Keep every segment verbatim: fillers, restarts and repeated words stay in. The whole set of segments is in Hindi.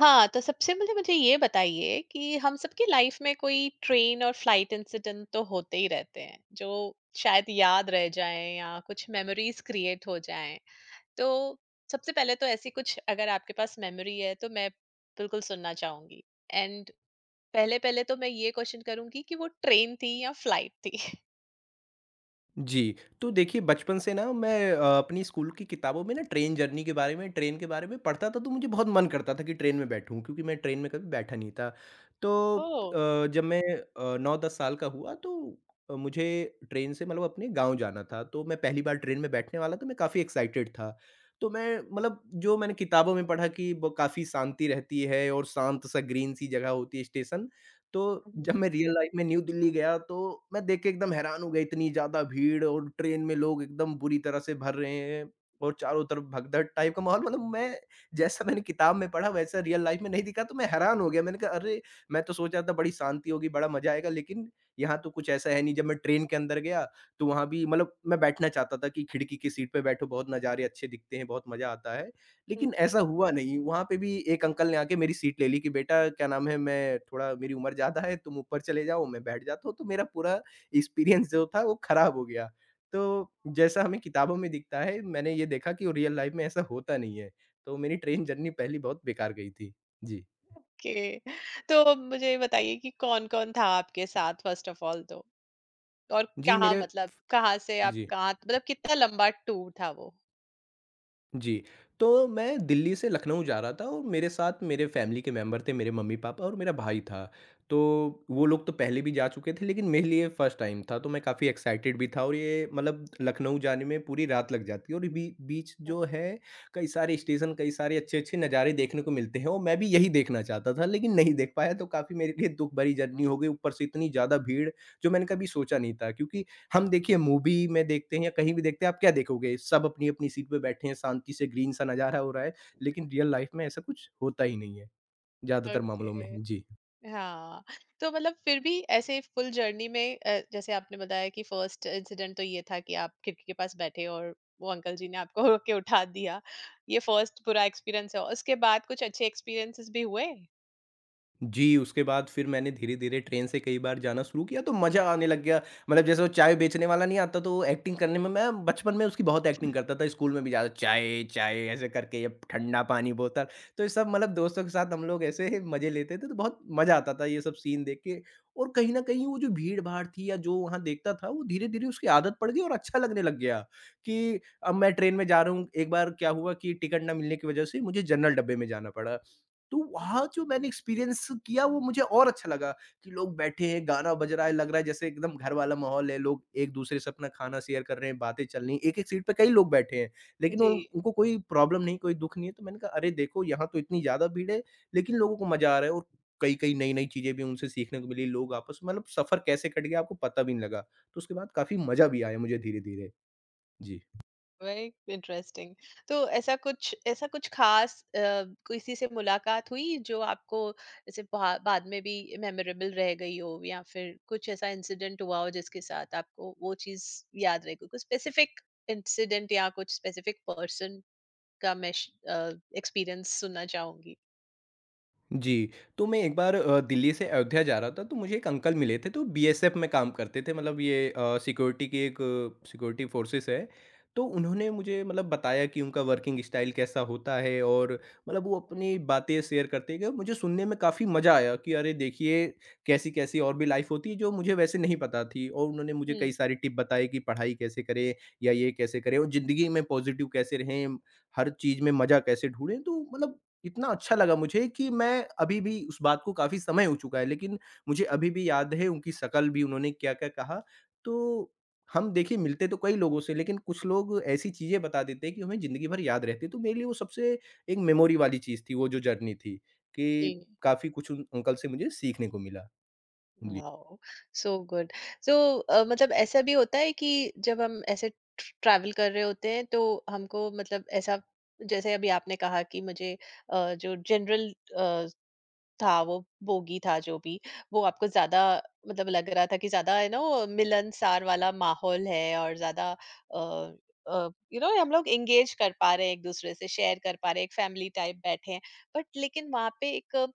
हाँ, तो सबसे पहले मुझे ये बताइए कि हम सबकी लाइफ में कोई ट्रेन और फ्लाइट इंसिडेंट तो होते ही रहते हैं, जो शायद याद रह जाएँ या कुछ मेमोरीज़ क्रिएट हो जाएँ। तो सबसे पहले तो ऐसी कुछ अगर आपके पास मेमोरी है, तो मैं बिल्कुल सुनना चाहूँगी। एंड पहले-पहले तो मैं ये क्वेश्चन करूँगी कि वो ट्रेन थी या फ्लाइट थी? जी, तो देखिए, बचपन से ना मैं अ, अपनी स्कूल की किताबों में ना ट्रेन जर्नी के बारे में, ट्रेन के बारे में पढ़ता था, तो मुझे बहुत मन करता था कि ट्रेन में बैठूँ क्योंकि मैं ट्रेन में कभी बैठा नहीं था। तो ओह! अ, जब मैं अ, नौ दस साल का हुआ तो अ, मुझे ट्रेन से मतलब अपने गाँव जाना था, तो मैं पहली बार ट्रेन में बैठने वाला, तो मैं काफ़ी एक्साइटेड था। तो मैं मतलब जो मैंने किताबों में पढ़ा कि वो काफ़ी शांति रहती है और शांत सा ग्रीन सी जगह होती है स्टेशन। तो जब मैं रियल लाइफ में न्यू दिल्ली गया, तो मैं देख के एकदम हैरान हो गया, इतनी ज़्यादा भीड़ और ट्रेन में लोग एकदम बुरी तरह से भर रहे हैं, और चारों तरफ भगदड़ टाइप का माहौल। मतलब मैं जैसा मैंने किताब में पढ़ा वैसा रियल लाइफ में नहीं दिखा, तो मैं हैरान हो गया। मैंने कहा, अरे! मैं तो सोच रहा था बड़ी शांति होगी, बड़ा मज़ा आएगा, लेकिन यहाँ तो कुछ ऐसा है नहीं। जब मैं ट्रेन के अंदर गया, तो वहाँ भी मतलब मैं बैठना चाहता था कि खिड़की की सीट पे बैठो, बहुत नज़ारे अच्छे दिखते हैं, बहुत मज़ा आता है। लेकिन ऐसा हुआ नहीं, वहाँ पे भी एक अंकल ने आके मेरी सीट ले ली कि बेटा क्या नाम है, मैं थोड़ा मेरी उम्र ज़्यादा है, तुम ऊपर चले जाओ, मैं बैठ जाता हूँ, तो मेरा पूरा एक्सपीरियंस जो था वो खराब हो गया। तो जैसा हमें किताबों में दिखता है, मैंने ये देखा कि रियल लाइफ़ में ऐसा होता नहीं है। तो मेरी ट्रेन जर्नी पहली बहुत बेकार गई थी। जी। ओके, तो मुझे ये बताइए कि कौन-कौन था आपके साथ फर्स्ट ऑफ ऑल तो? और जी, कहाँ, मेरे मतलब कहाँ से आप जी। कहाँ, मतलब कितना लंबा टूर था वो? जी, तो मैं दिल्ली से लखनऊ जा रहा था और मेरे साथ मेरे फैमिली के मेंबर थे, मेरे मम्मी-पापा और मेरा भाई था। तो वो लोग तो पहले भी जा चुके थे, लेकिन मेरे लिए फर्स्ट टाइम था, तो मैं काफ़ी एक्साइटेड भी था। और ये मतलब लखनऊ जाने में पूरी रात लग जाती है, और बी बीच जो है, कई सारे स्टेशन, कई सारे अच्छे-अच्छे नज़ारे देखने को मिलते हैं, और मैं भी यही देखना चाहता था, लेकिन नहीं देख पाया, तो काफ़ी मेरे लिए दुःख भरी जर्नी हो गई, ऊपर से इतनी ज़्यादा भीड़ जो मैंने कभी सोचा नहीं था। क्योंकि हम देखिए मूवी में देखते हैं या कहीं भी देखते हैं, आप क्या देखोगे? सब अपनी-अपनी सीट पे बैठे हैं, शांति से ग्रीन सा नज़ारा हो रहा है, लेकिन रियल लाइफ़ में ऐसा कुछ होता ही नहीं है, ज़्यादातर मामलों में। ओके। जी। हाँ, तो मतलब फिर भी ऐसे फुल जर्नी में अ, जैसे आपने बताया कि फर्स्ट इंसिडेंट तो ये था कि आप खिड़की के पास बैठे और वो अंकल जी ने आपको रोक के उठा दिया। ये फर्स्ट बुरा एक्सपीरियंस है, और उसके बाद कुछ अच्छे एक्सपीरियंसेस भी हुए? जी, उसके बाद फिर मैंने धीरे-धीरे ट्रेन से कई बार जाना शुरू किया, तो मज़ा आने लग गया। मतलब जैसे वो चाय बेचने वाला नहीं आता, तो एक्टिंग करने में मैं बचपन में उसकी बहुत एक्टिंग करता था। स्कूल में भी ज़्यादा चाय, चाय ऐसे करके, अब ठंडा पानी बोतल। तो ये सब मतलब दोस्तों के साथ हम लोग ऐसे मज़े लेते थे, तो बहुत मज़ा आता था ये सब सीन देख के। और कहीं न कहीं वो जो भीड़-भाड़ थी या जो वहाँ देखता था, वो धीरे-धीरे उसकी आदत पड़ गई और अच्छा लगने लग गया कि अब मैं ट्रेन में जा रहा हूँ। एक बार क्या हुआ कि टिकट ना मिलने की वज़ह से मुझे जनरल डब्बे में जाना पड़ा। तो वहाँ जो मैंने एक्सपीरियंस किया, वो मुझे और अच्छा लगा कि लोग बैठे हैं, गाना बज रहा है, लग रहा है जैसे एकदम घर वाला माहौल है, लोग एक-दूसरे से अपना खाना शेयर कर रहे हैं, बातें चल रही हैं, एक-एक सीट पे कई लोग बैठे हैं, लेकिन उन जी। उनको कोई प्रॉब्लम नहीं, कोई दुःख नहीं है। तो मैंने कहा, अरे देखो, यहाँ तो इतनी ज़्यादा भीड़ है, लेकिन लोगों को मज़ा आ रहा है। और कई-कई नई-नई चीज़ें भी उनसे सीखने को मिली, लोग आपस में मतलब सफ़र कैसे कट गया आपको पता भी नहीं लगा। तो उसके बाद काफ़ी मज़ा भी आया मुझे धीरे-धीरे। जी। Very interesting. तो ऐसा कुछ ऐसा कुछ खास अ, किसी से मुलाकात हुई जो आपको जैसे बा, बाद में भी मेमोरेबल रह गई हो, या फिर कुछ ऐसा इंसिडेंट हुआ हो जिसके साथ आपको वो चीज याद रह गई। कुछ स्पेसिफिक इंसिडेंट या कुछ स्पेसिफिक पर्सन का मैं एक्सपीरियंस सुनना चाहूंगी। जी, तो मैं एक बार अ, दिल्ली से अयोध्या जा रहा था, तो मुझे एक अंकल मिले थे, तो बी एस एफ में काम करते थे, मतलब ये अ, सिक्योरिटी की एक सिक्योरिटी फोर्सेस है। तो उन्होंने मुझे मतलब बताया कि उनका वर्किंग स्टाइल कैसा होता है। और मतलब वो हम्म। अपनी बातें शेयर करते गए, मुझे सुनने में काफ़ी मज़ा आया कि अरे देखिए, कैसी-कैसी और भी लाइफ़ होती है, जो मुझे वैसे नहीं पता थी। और उन्होंने मुझे हम्म। कई सारी टिप बताई कि पढ़ाई कैसे करें या ये कैसे करें और ज़िंदगी में पॉज़िटिव कैसे रहें, हर चीज़ में मज़ा कैसे ढूँढें। तो मतलब इतना अच्छा लगा मुझे कि मैं अभी भी उस बात को काफ़ी समय हो चुका है, लेकिन मुझे अभी भी याद है उनकी शकल भी उन्होंने क्या-क्या कहा। तो हम देखिए मिलते तो कई लोगों से, लेकिन कुछ लोग ऐसी चीज़ें बता देते हैं कि हमें ज़िंदगी भर याद रहती है। तो मेरे लिए वो सबसे एक मेमोरी वाली चीज़ थी, वो जो जर्नी थी कि जी। काफ़ी कुछ उन अंकल से मुझे सीखने को मिला। जी। Wow, so good. सो, मतलब ऐसा भी होता है कि जब हम ऐसे ट्रैवल कर रहे होते हैं तो हमको, मतलब ऐसा जैसे अभी आपने कहा कि मुझे अ, जो जनरल था वो बोगी था, जो भी, वो आपको ज्यादा, मतलब लग रहा था कि ज्यादा है ना वो मिलनसार वाला माहौल है और ज्यादा, यू नो, हम लोग एंगेज कर पा रहे हैं, एक दूसरे से शेयर कर पा रहे हैं, एक फैमिली टाइप बैठे हैं। बट लेकिन वहाँ पे एक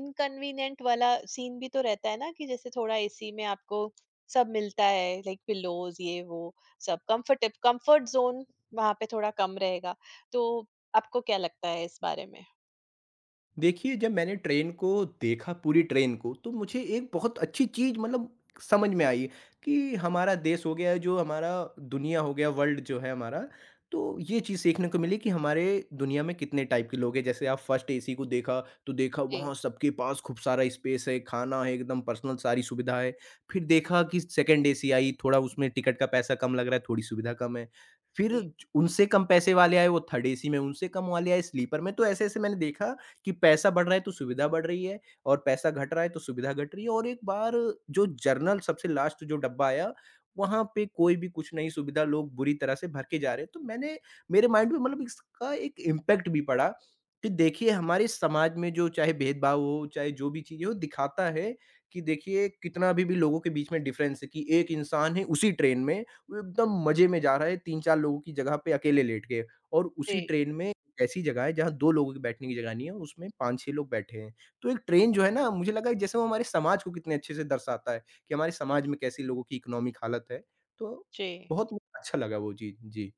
इनकन्वीनिएंट वाला सीन भी तो रहता है ना, कि जैसे थोड़ा एसी में आपको सब मिलता है, लाइक पिलोज ये वो, सब कंफर्ट, कंफर्ट जोन वहां पे थोड़ा कम रहेगा। तो आपको क्या लगता है इस बारे में? देखिए, जब मैंने ट्रेन को देखा, पूरी ट्रेन को, तो मुझे एक बहुत अच्छी चीज़ मतलब समझ में आई कि हमारा देश हो गया, जो हमारा दुनिया हो गया, वर्ल्ड जो है हमारा, तो ये चीज़ सीखने को मिली कि हमारे दुनिया में कितने टाइप के लोग हैं। जैसे आप फर्स्ट ए सी को देखा, तो देखा जी। वहाँ सबके पास खूब सारा स्पेस है, खाना है, एकदम पर्सनल सारी सुविधा है। फिर देखा कि सेकंड ए सी आई, थोड़ा उसमें टिकट का पैसा कम लग रहा है, थोड़ी सुविधा कम है। फिर जी। ज उनसे कम पैसे वाले आए, वो थर्ड ए सी में, उनसे कम वाले आए, स्लीपर में। तो ऐसे-ऐसे मैंने देखा कि पैसा बढ़ रहा है तो सुविधा बढ़ रही है, और पैसा घट रहा है तो सुविधा घट रही है। और एक बार जो जर्नल सबसे लास्ट जो डब्बा आया, वहाँ पे कोई भी कुछ नहीं सुविधा, लोग बुरी तरह से भर के जा रहे हैं। तो मैंने मेरे माइंड में मतलब इसका एक इम्पैक्ट भी पड़ा कि देखिए, हमारे समाज में जो चाहे भेदभाव हो, चाहे जो भी चीज़ें हो, दिखाता है कि देखिए कितना अभी भी लोगों के बीच में डिफ़रेंस है कि एक इंसान है उसी ट्रेन में, वो एकदम मज़े में जा रहा है तीन चार लोगों की जगह पे अकेले लेट के, और उसी जी। ट्रेन में ऐसी जगह है जहाँ दो लोगों के बैठने की जगह नहीं है, उसमें पाँच छह लोग बैठे हैं। तो एक ट्रेन जो है ना, मुझे लगा कि जैसे वो हमारे समाज को कितने अच्छे से दर्शाता है कि हमारे समाज में कैसी लोगों की इकोनॉमिक हालत है। तो जी। बहुत मुझे अच्छा लगा वो चीज़। जी।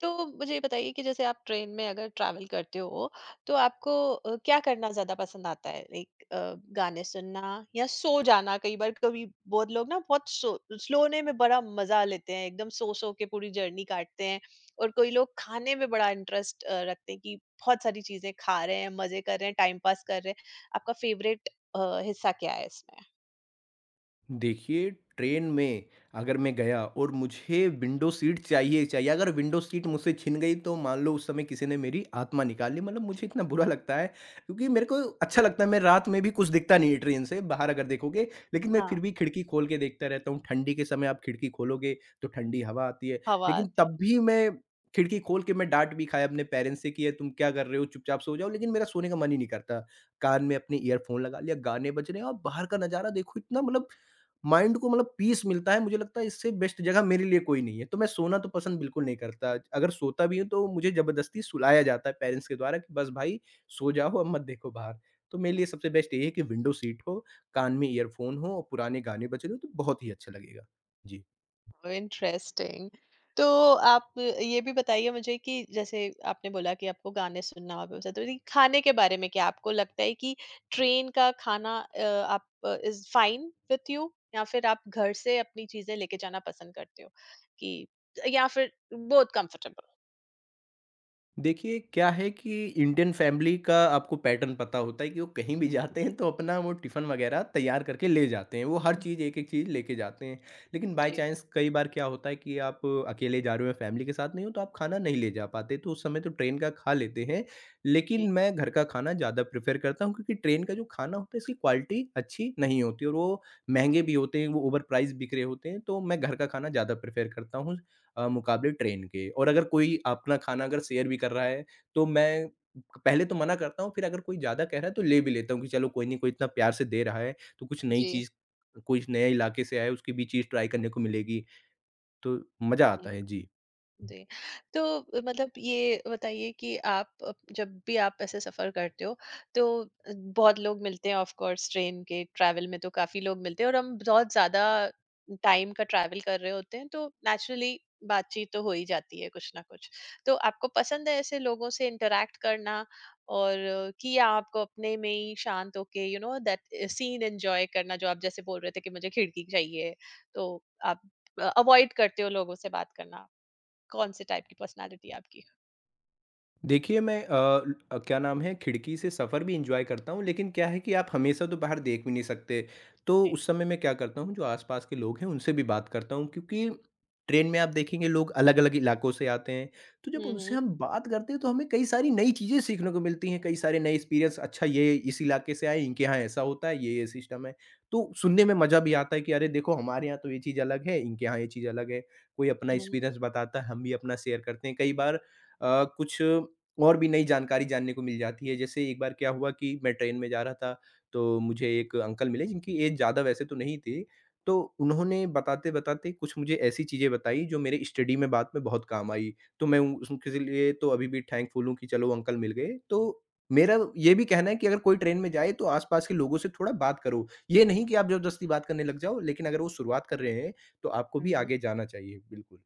तो मुझे ये बताइए कि जैसे आप ट्रेन में अगर ट्रैवल करते हो तो आपको, अ, क्या करना ज्यादा पसंद आता है? लाइक गाने सुनना या सो जाना। कई बार कभी बहुत लोग ना बहुत सो, सोने में बड़ा मजा लेते हैं, एकदम सो सो के पूरी जर्नी काटते हैं। और कोई लोग खाने में बड़ा इंटरेस्ट रखते हैं, कि बहुत सारी चीजें खा रहे हैं, मजे कर रहे हैं, टाइम पास कर रहे हैं। आपका फेवरेट हिस्सा क्या है इसमें? देखिए, ट्रेन में अगर मैं गया और मुझे विंडो सीट चाहिए ही चाहिए, अगर विंडो सीट मुझसे छिन गई तो मान लो उस समय किसी ने मेरी आत्मा निकाल ली, मतलब मुझे इतना बुरा लगता है। क्योंकि मेरे को अच्छा लगता है, मैं रात में भी, कुछ दिखता नहीं है ट्रेन से बाहर अगर देखोगे, लेकिन मैं हाँ, फिर भी खिड़की खोल के देखता रहता हूँ। ठंडी के समय आप खिड़की खोलोगे तो ठंडी हवा आती है, हवा लेकिन आती है। तब भी मैं खिड़की खोल के, मैं डांट भी खाया अपने पेरेंट्स से कि ये तुम क्या कर रहे हो, चुपचाप सो जाओ, लेकिन मेरा सोने का मन ही नहीं करता। कान में अपने ईयरफोन लगा लिया, गाने बज रहे हैं, और बाहर का नज़ारा देखो, इतना मतलब माइंड को मतलब पीस मिलता है, मुझे लगता है इससे बेस्ट जगह मेरे लिए कोई नहीं है। तो मैं सोना तो पसंद बिल्कुल नहीं करता। अगर सोता भी हूँ तो मुझे ज़बरदस्ती सुलाया जाता है पेरेंट्स के द्वारा कि बस भाई सो जाओ, अब मत देखो बाहर। तो मेरे लिए सबसे बेस्ट यही है कि विंडो सीट हो, कान में ईयरफ़ोन हो और पुराने गाने बज रहे हों तो बहुत ही अच्छा लगेगा। जी। इंटरेस्टिंग। तो आप ये भी बताइए मुझे कि जैसे आपने बोला कि आपको गाने सुनना और पसंद है, तो ये खाने के बारे में क्या आपको लगता है कि ट्रेन का खाना, अ, आप, इज फाइन विथ यू, या फिर आप घर से अपनी चीजें लेके जाना पसंद करते हो, कि या फिर बोथ कंफर्टेबल? देखिए, क्या है कि इंडियन फैमिली का आपको पैटर्न पता होता है कि वो कहीं भी जाते हैं तो अपना वो टिफ़िन वग़ैरह तैयार करके ले जाते हैं। वो हर चीज़ एक-एक चीज़ लेके जाते हैं। लेकिन बाय जी। चांस कई बार क्या होता है कि आप अकेले जा रहे हो या फैमिली के साथ नहीं हो, तो आप खाना नहीं ले जा पाते। तो उस समय तो ट्रेन का खा लेते हैं। लेकिन मैं घर का खाना ज़्यादा प्रेफ़र करता हूँ क्योंकि ट्रेन का जो खाना होता है इसकी क्वालिटी अच्छी नहीं होती, और वो महँगे भी होते हैं, वो ओवर प्राइस बिक रहे होते हैं। तो मैं घर का खाना ज़्यादा प्रेफ़र करता हूँ। अ, मुकाबले ट्रेन के, और अगर कोई अपना खाना अगर शेयर भी कर रहा है, तो मैं पहले तो मना करता हूँ, फिर अगर कोई ज़्यादा कह रहा है तो ले भी लेता हूँ कि चलो कोई नहीं, कोई इतना प्यार से दे रहा है, तो कुछ नई जी। चीज़, कुछ नए इलाके से आया है, उसकी भी चीज़ ट्राई करने को मिलेगी, तो मज़ा आता जी। है। जी। जी। तो मतलब ये बताइए कि आप, अ, जब भी आप ऐसे सफ़र करते हो तो, अ, बहुत लोग मिलते हैं। ऑफ कोर्स ट्रेन के ट्रैवल में तो काफ़ी लोग मिलते हैं, और हम बहुत ज़्यादा टाइम का ट्रैवल कर रहे होते हैं, तो नेचुरली बातचीत तो हो ही जाती है कुछ ना कुछ। तो आपको पसंद है ऐसे लोगों से इंटरैक्ट करना, और कि या आपको अपने में ही शांत होके, you know, that scene enjoy करना, जो आप जैसे बोल रहे थे कि मुझे खिड़की चाहिए? तो आप अ, अवॉइड करते हो लोगों से बात करना? कौन से टाइप की पर्सनैलिटी आपकी है? देखिए, मैं अ, अ, क्या नाम है, खिड़की से सफ़र भी एन्जॉय करता हूँ, लेकिन क्या है कि आप हमेशा तो बाहर देख भी नहीं सकते। तो जी। उस समय मैं क्या करता हूँ, जो आस-पास के लोग हैं उनसे भी बात करता हूँ क्योंकि ट्रेन में आप देखेंगे लोग अलग-अलग इलाकों से आते हैं। तो जब उनसे हम्म। हम बात करते हैं तो हमें कई सारी नई चीज़ें सीखने को मिलती हैं, कई सारे नए एक्सपीरियंस अच्छा ये इस इलाके से आए, इनके यहाँ ऐसा होता है, ये-ये सिस्टम है। तो सुनने में मज़ा भी आता है कि अरे देखो हमारे यहाँ तो ये चीज़ अलग है, इनके यहाँ ये चीज़ अलग है। कोई अपना हम्म। एक्सपीरियंस बताता है, हम भी अपना शेयर करते हैं। कई बार अ, कुछ और भी नई जानकारी जानने को मिल जाती है। जैसे एक बार क्या हुआ कि मैं ट्रेन में जा रहा था, तो मुझे एक अंकल मिले जिनकी एज ज़्यादा वैसे तो नहीं थी। तो उन्होंने बताते-बताते कुछ मुझे ऐसी चीज़ें बताई जो मेरे स्टडी में बाद में बहुत काम आई। तो मैं उस उनके लिए तो अभी भी थैंकफुल हूँ कि चलो अंकल मिल गए। तो मेरा ये भी कहना है कि अगर कोई ट्रेन में जाए तो आस-पास के लोगों से थोड़ा बात करो। ये नहीं कि आप ज़बरदस्ती बात करने लग जाओ, लेकिन अगर वो शुरुआत कर रहे हैं, तो आपको भी हम्म। आगे जाना चाहिए। बिल्कुल।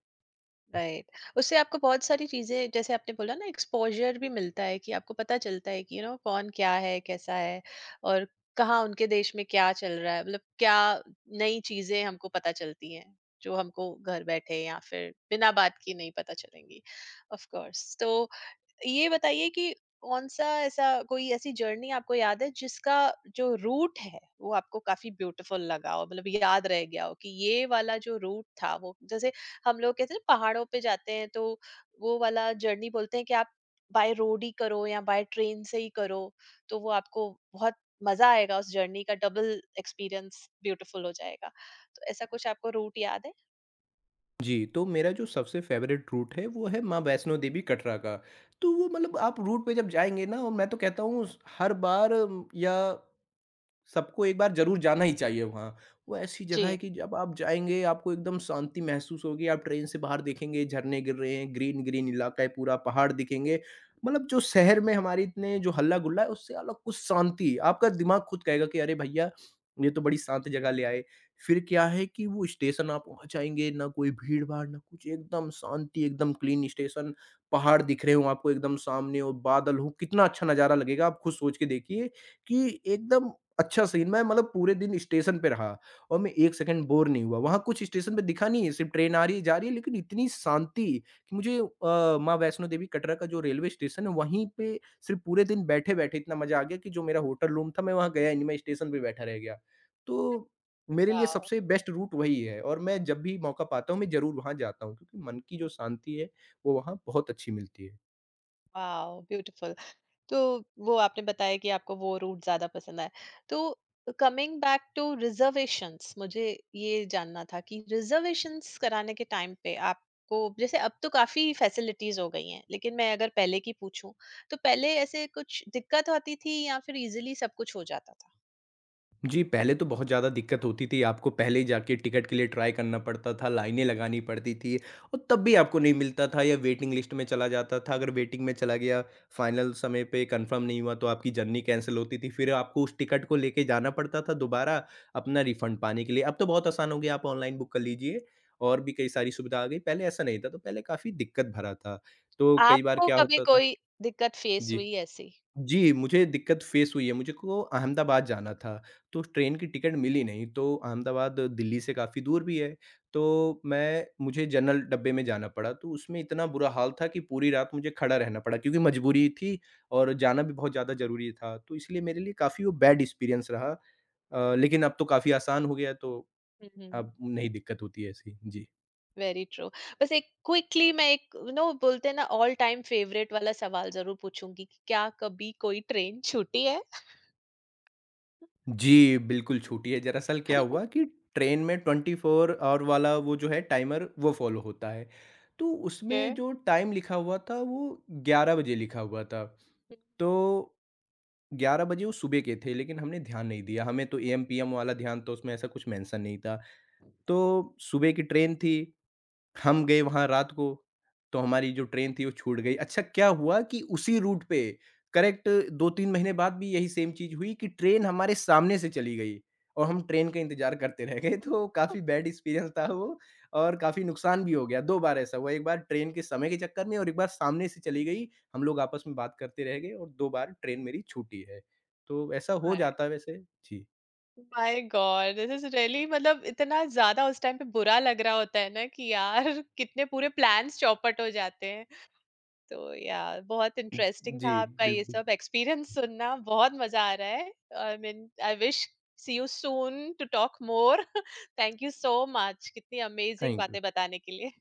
राइट। उससे आपको बहुत सारी चीजें, जैसे आपने बोला ना, एक्सपोजर भी मिलता है कि आपको पता चलता है कि, यू नो, कौन क्या है, कैसा है, और कहाँ उनके देश में क्या चल रहा है, मतलब क्या नई चीजें हमको पता चलती हैं जो हमको घर बैठे या फिर बिना बात की नहीं पता चलेंगी, ऑफ कोर्स। तो ये बताइए कि कौन-सा, ऐसा कोई ऐसी जर्नी आपको याद है जिसका जो रूट है वो आपको काफ़ी ब्यूटीफुल लगा हो, मतलब याद रह गया हो कि ये वाला जो रूट था वो, जैसे हम लोग कहते हैं ना पहाड़ों पे जाते हैं तो वो वाला जर्नी, बोलते हैं कि आप बाय रोड ही करो या बाय ट्रेन से ही करो, तो वो आपको बहुत मजा आएगा, उस जर्नी का डबल एक्सपीरियंस ब्यूटीफुल हो जाएगा। तो ऐसा कुछ आपको रूट याद है? जी, तो मेरा जो सबसे फ़ेवरेट रूट है, वो है माँ वैष्णो देवी कटरा का। तो वो मतलब आप रूट पे जब जाएँगे ना, और मैं तो कहता हूँ स हर बार या सबको एक बार ज़रूर जाना ही चाहिए वहाँ। वो ऐसी जगह जी। है कि जब आप जाएँगे आपको एकदम शांति महसूस होगी, आप ट्रेन से बाहर देखेंगे झरने गिर रहे हैं, ग्रीन-ग्रीन इलाका है पूरा, पहाड़ दिखेंगे। मतलब जो शहर में हमारे इतने जो हल्ला-गुल्ला है उससे अलग कुछ शांति, आपका दिमाग खुद कहेगा कि अरे भैया, ये तो बड़ी शांत जगह ले आए। फिर क्या है कि वो स्टेशन आप वहाँ जाएँगे ना कोई भीड़-भाड़ ना कुछ, एकदम शांति, एकदम क्लीन स्टेशन, पहाड़ दिख रहे हों आपको एकदम सामने और बादल हो, कितना अच्छा नज़ारा लगेगा आप खुद सोच के देखिए कि एकदम अच्छा सीन मैं मतलब पूरे दिन स्टेशन पे रहा और मैं एक सेकंड बोर नहीं हुआ। वहाँ कुछ स्टेशन पे दिखा नहीं है, सिर्फ़ ट्रेन आ रही है, जा रही है, लेकिन इतनी शांति कि मुझे अ, माँ वैष्णो देवी कटरा का जो रेलवे स्टेशन है, वहीं पे सिर्फ़ पूरे दिन बैठे-बैठे इतना मज़ा आ गया कि जो मेरा होटल रूम था, मैं वहाँ गया ही नहीं, मैं स्टेशन पे बैठा रह गया। तो मेरे लिए वाओ! सबसे बेस्ट रूट वही है और मैं जब भी मौका पाता हूँ, मैं ज़रूर वहाँ जाता हूँ क्योंकि मन की जो शांति है, वो वहाँ बहुत अच्छी मिलती है। Wow, beautiful. तो वो आपने बताया कि आपको वो रूट ज्यादा पसंद आया, तो कमिंग बैक टू रिजर्वेशंस, मुझे ये जानना था कि रिजर्वेशंस कराने के टाइम पे आपको, जैसे अब तो काफी फैसिलिटीज हो गई हैं, लेकिन मैं अगर पहले की पूछूं तो पहले ऐसे कुछ दिक्कत होती थी या फिर इजीली सब कुछ हो जाता था? जी, पहले तो बहुत ज़्यादा दिक्कत होती थी, आपको पहले ही जाके टिकट के लिए ट्राई करना पड़ता था, लाइनें लगानी पड़ती थी और तब भी आपको नहीं मिलता था या वेटिंग लिस्ट में चला जाता था। अगर वेटिंग में चला गया, फाइनल समय पे कन्फर्म नहीं हुआ तो आपकी जर्नी कैंसल होती थी। फिर आपको उस टिकट को लेके जाना पड़ता था दोबारा अपना रिफंड पाने के लिए। अब तो बहुत आसान हो गया, आप ऑनलाइन बुक कर लीजिए और भी कई सारी सुविधा आ गई, पहले ऐसा नहीं था, तो पहले काफ़ी दिक्कत भरा था। तो कई बार आपको क्या कभी होता था कोई दिक्कत फेस जी। हुई ऐसी? जी, मुझे दिक्कत फ़ेस हुई है। मुझे को अहमदाबाद जाना था, तो ट्रेन की टिकट मिली नहीं, तो अहमदाबाद दिल्ली से काफ़ी दूर भी है, तो मैं मुझे जनरल डब्बे में जाना पड़ा। तो उसमें इतना बुरा हाल था कि पूरी रात मुझे खड़ा रहना पड़ा क्योंकि मजबूरी थी और जाना भी बहुत ज़्यादा ज़रूरी था। तो इसलिए मेरे लिए काफ़ी वो बैड एक्सपीरियंस रहा अ, लेकिन अब तो काफ़ी आसान हो गया है, तो हम्म। अब नहीं दिक्कत होती है ऐसी। जी। Very true. बस एक क्विकली, मैं एक, नो, बोलते हैं ना ऑल टाइम फेवरेट वाला सवाल, जरूर पूछूंगी कि क्या कभी कोई ट्रेन छूटी है? जी, बिल्कुल छूटी है। दरअसल क्या हुआ कि ट्रेन में ट्वेंटी फ़ोर आवर वाला वो जो है टाइमर वो फ़ॉलो होता है। तो ओके। उसमें जो टाइम लिखा हुआ था वो ग्यारह बजे लिखा हुआ था। तो ग्यारह बजे वो सुबह के थे लेकिन हमने ध्यान नहीं दिया। हमें तो एएम-पीएम वाला ध्यान तो उसमें ऐसा कुछ मेंशन नहीं था। तो सुबह की ट्रेन थी। हम गए वहाँ रात को, तो हमारी जो ट्रेन थी वो छूट गई। अच्छा क्या हुआ कि उसी रूट पे करेक्ट दो तीन महीने बाद भी यही सेम चीज़ हुई कि ट्रेन हमारे सामने से चली गई और हम ट्रेन का इंतज़ार करते रह गए तो काफ़ी बैड एक्सपीरियंस था वो और काफ़ी नुकसान भी हो गया। दो बार ऐसा हुआ, एक बार ट्रेन के समय के चक्कर में और एक बार सामने से चली गई। हम लोग आपस में बात करते रह गए और दो बार ट्रेन मेरी छूटी है। तो ऐसा हो माय, जाता है वैसे। जी। My God, this is really, मतलब इतना ज्यादा उस टाइम पे बुरा लग रहा होता है ना कि यार कितने पूरे प्लान्स चौपट हो जाते हैं। तो यार, बहुत इंटरेस्टिंग था जी, आपका ये बिल्कुल। सब एक्सपीरियंस सुनना, बहुत मजा आ रहा है। I mean, I wish, see you soon to talk more. Thank you so much कितनी अमेजिंग थैंक यू। बातें बताने के लिए।